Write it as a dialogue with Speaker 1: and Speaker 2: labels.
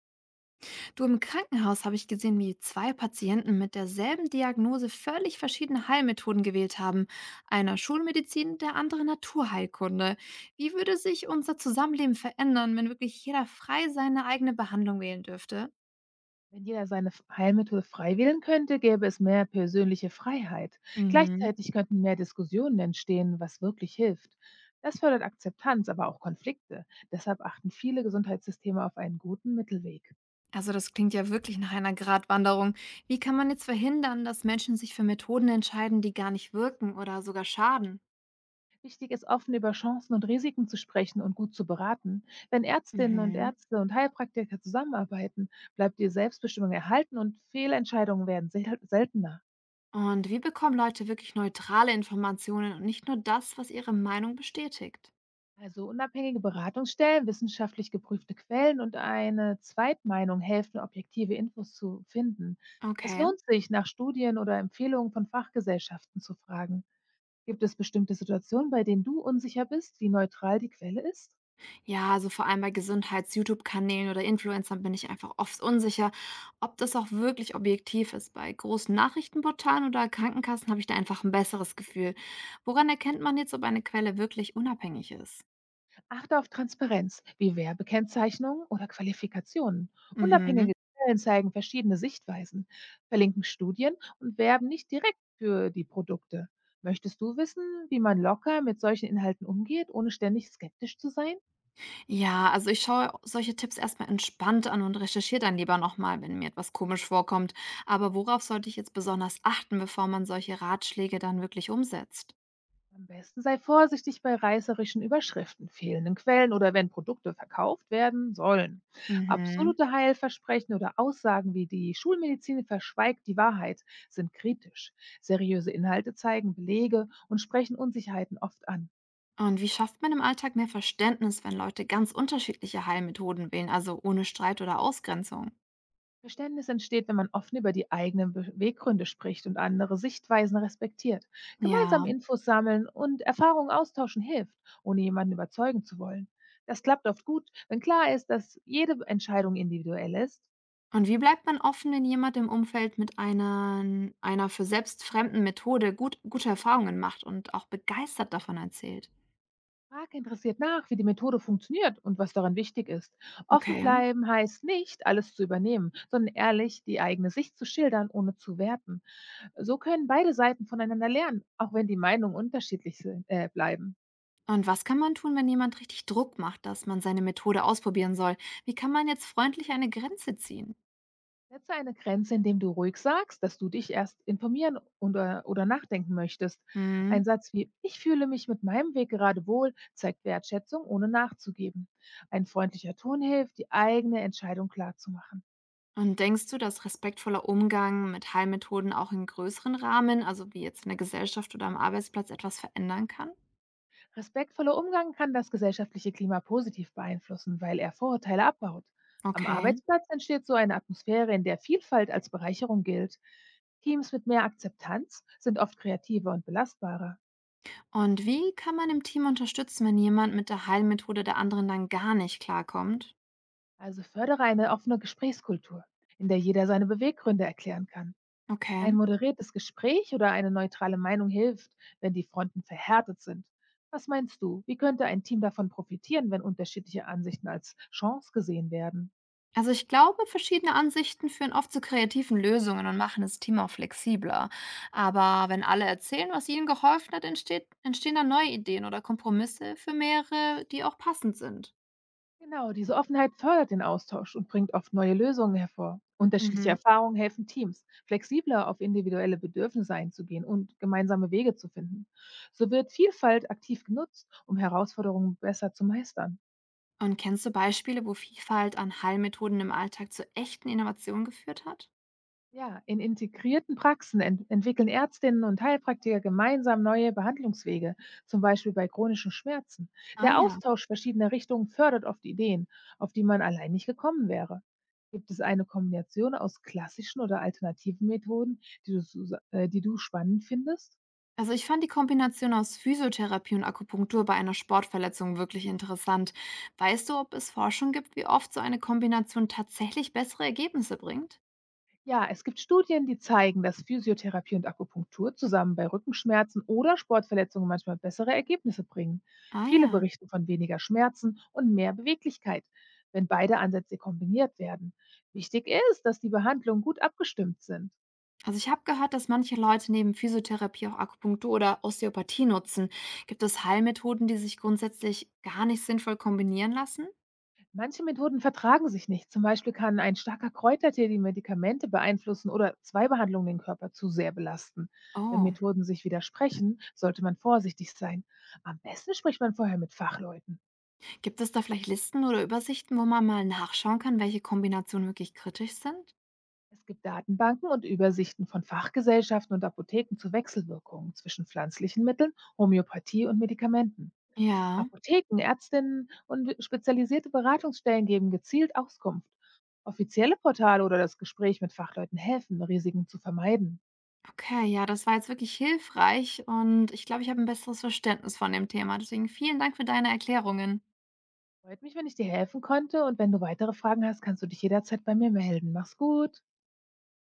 Speaker 1: Du, im Krankenhaus habe ich gesehen, wie zwei Patienten mit derselben Diagnose völlig verschiedene Heilmethoden gewählt haben. Einer Schulmedizin, der andere Naturheilkunde. Wie würde sich unser Zusammenleben verändern, wenn wirklich jeder frei seine eigene Behandlung wählen dürfte?
Speaker 2: Wenn jeder seine Heilmittel frei wählen könnte, gäbe es mehr persönliche Freiheit.
Speaker 1: Mhm.
Speaker 2: Gleichzeitig könnten mehr Diskussionen entstehen, was wirklich hilft. Das fördert Akzeptanz, aber auch Konflikte. Deshalb achten viele Gesundheitssysteme auf einen guten Mittelweg.
Speaker 1: Also das klingt ja wirklich nach einer Gratwanderung. Wie kann man jetzt verhindern, dass Menschen sich für Methoden entscheiden, die gar nicht wirken oder sogar schaden?
Speaker 2: Wichtig ist, offen über Chancen und Risiken zu sprechen und gut zu beraten. Wenn Ärztinnen und
Speaker 1: Mhm.
Speaker 2: Ärzte und Heilpraktiker zusammenarbeiten, bleibt die Selbstbestimmung erhalten und Fehlentscheidungen werden seltener.
Speaker 1: Und wie bekommen Leute wirklich neutrale Informationen und nicht nur das, was ihre Meinung bestätigt?
Speaker 2: Also unabhängige Beratungsstellen, wissenschaftlich geprüfte Quellen und eine Zweitmeinung helfen, objektive Infos zu finden. Es
Speaker 1: Okay.
Speaker 2: lohnt sich, nach Studien oder Empfehlungen von Fachgesellschaften zu fragen. Gibt es bestimmte Situationen, bei denen du unsicher bist, wie neutral die Quelle ist?
Speaker 1: Ja, also vor allem bei Gesundheits-YouTube-Kanälen oder Influencern bin ich einfach oft unsicher, ob das auch wirklich objektiv ist. Bei großen Nachrichtenportalen oder Krankenkassen habe ich da einfach ein besseres Gefühl. Woran erkennt man jetzt, ob eine Quelle wirklich unabhängig ist?
Speaker 2: Achte auf Transparenz, wie Werbekennzeichnungen oder Qualifikationen.
Speaker 1: Mhm.
Speaker 2: Unabhängige Quellen zeigen verschiedene Sichtweisen, verlinken Studien und werben nicht direkt für die Produkte. Möchtest du wissen, wie man locker mit solchen Inhalten umgeht, ohne ständig skeptisch zu sein?
Speaker 1: Ja, also ich schaue solche Tipps erstmal entspannt an und recherchiere dann lieber nochmal, wenn mir etwas komisch vorkommt. Aber worauf sollte ich jetzt besonders achten, bevor man solche Ratschläge dann wirklich umsetzt?
Speaker 2: Am besten sei vorsichtig bei reißerischen Überschriften, fehlenden Quellen oder wenn Produkte verkauft werden sollen.
Speaker 1: Mhm.
Speaker 2: Absolute Heilversprechen oder Aussagen wie „Die Schulmedizin verschweigt die Wahrheit" sind kritisch. Seriöse Inhalte zeigen Belege und sprechen Unsicherheiten oft an.
Speaker 1: Und wie schafft man im Alltag mehr Verständnis, wenn Leute ganz unterschiedliche Heilmethoden wählen, also ohne Streit oder Ausgrenzung?
Speaker 2: Verständnis entsteht, wenn man offen über die eigenen Beweggründe spricht und andere Sichtweisen respektiert. Gemeinsam
Speaker 1: Ja.
Speaker 2: Infos sammeln und Erfahrungen austauschen hilft, ohne jemanden überzeugen zu wollen. Das klappt oft gut, wenn klar ist, dass jede Entscheidung individuell ist.
Speaker 1: Und wie bleibt man offen, wenn jemand im Umfeld mit einer für selbst fremden Methode gute Erfahrungen macht und auch begeistert davon erzählt?
Speaker 2: Frag interessiert nach, wie die Methode funktioniert und was daran wichtig ist. Offen
Speaker 1: Okay.
Speaker 2: bleiben heißt nicht, alles zu übernehmen, sondern ehrlich die eigene Sicht zu schildern, ohne zu werten. So können beide Seiten voneinander lernen, auch wenn die Meinungen unterschiedlich bleiben.
Speaker 1: Und was kann man tun, wenn jemand richtig Druck macht, dass man seine Methode ausprobieren soll? Wie kann man jetzt freundlich eine Grenze ziehen?
Speaker 2: Setze eine Grenze, indem du ruhig sagst, dass du dich erst informieren oder nachdenken möchtest.
Speaker 1: Mhm.
Speaker 2: Ein Satz wie „Ich fühle mich mit meinem Weg gerade wohl" zeigt Wertschätzung, ohne nachzugeben. Ein freundlicher Ton hilft, die eigene Entscheidung klarzumachen.
Speaker 1: Und denkst du, dass respektvoller Umgang mit Heilmethoden auch in größeren Rahmen, also wie jetzt in der Gesellschaft oder am Arbeitsplatz, etwas verändern kann?
Speaker 2: Respektvoller Umgang kann das gesellschaftliche Klima positiv beeinflussen, weil er Vorurteile abbaut. Am
Speaker 1: Okay.
Speaker 2: Arbeitsplatz entsteht so eine Atmosphäre, in der Vielfalt als Bereicherung gilt. Teams mit mehr Akzeptanz sind oft kreativer und belastbarer.
Speaker 1: Und wie kann man im Team unterstützen, wenn jemand mit der Heilmethode der anderen dann gar nicht klarkommt?
Speaker 2: Also fördere eine offene Gesprächskultur, in der jeder seine Beweggründe erklären kann.
Speaker 1: Okay.
Speaker 2: Ein moderiertes Gespräch oder eine neutrale Meinung hilft, wenn die Fronten verhärtet sind. Was meinst du, wie könnte ein Team davon profitieren, wenn unterschiedliche Ansichten als Chance gesehen werden?
Speaker 1: Also ich glaube, verschiedene Ansichten führen oft zu kreativen Lösungen und machen das Team auch flexibler. Aber wenn alle erzählen, was ihnen geholfen hat, entstehen dann neue Ideen oder Kompromisse für mehrere, die auch passend sind.
Speaker 2: Genau, diese Offenheit fördert den Austausch und bringt oft neue Lösungen hervor. Unterschiedliche
Speaker 1: Mhm.
Speaker 2: Erfahrungen helfen Teams, flexibler auf individuelle Bedürfnisse einzugehen und gemeinsame Wege zu finden. So wird Vielfalt aktiv genutzt, um Herausforderungen besser zu meistern.
Speaker 1: Und kennst du Beispiele, wo Vielfalt an Heilmethoden im Alltag zu echten Innovationen geführt hat?
Speaker 2: Ja, in integrierten Praxen entwickeln Ärztinnen und Heilpraktiker gemeinsam neue Behandlungswege, zum Beispiel bei chronischen Schmerzen.
Speaker 1: Ah
Speaker 2: Der
Speaker 1: ja.
Speaker 2: Austausch verschiedener Richtungen fördert oft Ideen, auf die man allein nicht gekommen wäre. Gibt es eine Kombination aus klassischen oder alternativen Methoden, die du spannend findest?
Speaker 1: Also ich fand die Kombination aus Physiotherapie und Akupunktur bei einer Sportverletzung wirklich interessant. Weißt du, ob es Forschung gibt, wie oft so eine Kombination tatsächlich bessere Ergebnisse bringt?
Speaker 2: Ja, es gibt Studien, die zeigen, dass Physiotherapie und Akupunktur zusammen bei Rückenschmerzen oder Sportverletzungen manchmal bessere Ergebnisse bringen.
Speaker 1: Ah
Speaker 2: Viele
Speaker 1: ja.
Speaker 2: berichten von weniger Schmerzen und mehr Beweglichkeit, wenn beide Ansätze kombiniert werden. Wichtig ist, dass die Behandlungen gut abgestimmt sind.
Speaker 1: Also ich habe gehört, dass manche Leute neben Physiotherapie auch Akupunktur oder Osteopathie nutzen. Gibt es Heilmethoden, die sich grundsätzlich gar nicht sinnvoll kombinieren lassen?
Speaker 2: Manche Methoden vertragen sich nicht. Zum Beispiel kann ein starker Kräutertee die Medikamente beeinflussen oder zwei Behandlungen den Körper zu sehr belasten. Wenn
Speaker 1: Oh.
Speaker 2: Methoden sich widersprechen, sollte man vorsichtig sein. Am besten spricht man vorher mit Fachleuten.
Speaker 1: Gibt es da vielleicht Listen oder Übersichten, wo man mal nachschauen kann, welche Kombinationen wirklich kritisch sind?
Speaker 2: Es gibt Datenbanken und Übersichten von Fachgesellschaften und Apotheken zu Wechselwirkungen zwischen pflanzlichen Mitteln, Homöopathie und Medikamenten.
Speaker 1: Ja,
Speaker 2: Apotheken, Ärztinnen und spezialisierte Beratungsstellen geben gezielt Auskunft. Offizielle Portale oder das Gespräch mit Fachleuten helfen, Risiken zu vermeiden.
Speaker 1: okay, ja, das war jetzt wirklich hilfreich und ich glaube, ich habe ein besseres Verständnis von dem Thema. Deswegen vielen Dank für deine Erklärungen.
Speaker 2: Freut mich, wenn ich dir helfen konnte, und wenn du weitere Fragen hast, kannst du dich jederzeit bei mir melden. Mach's gut.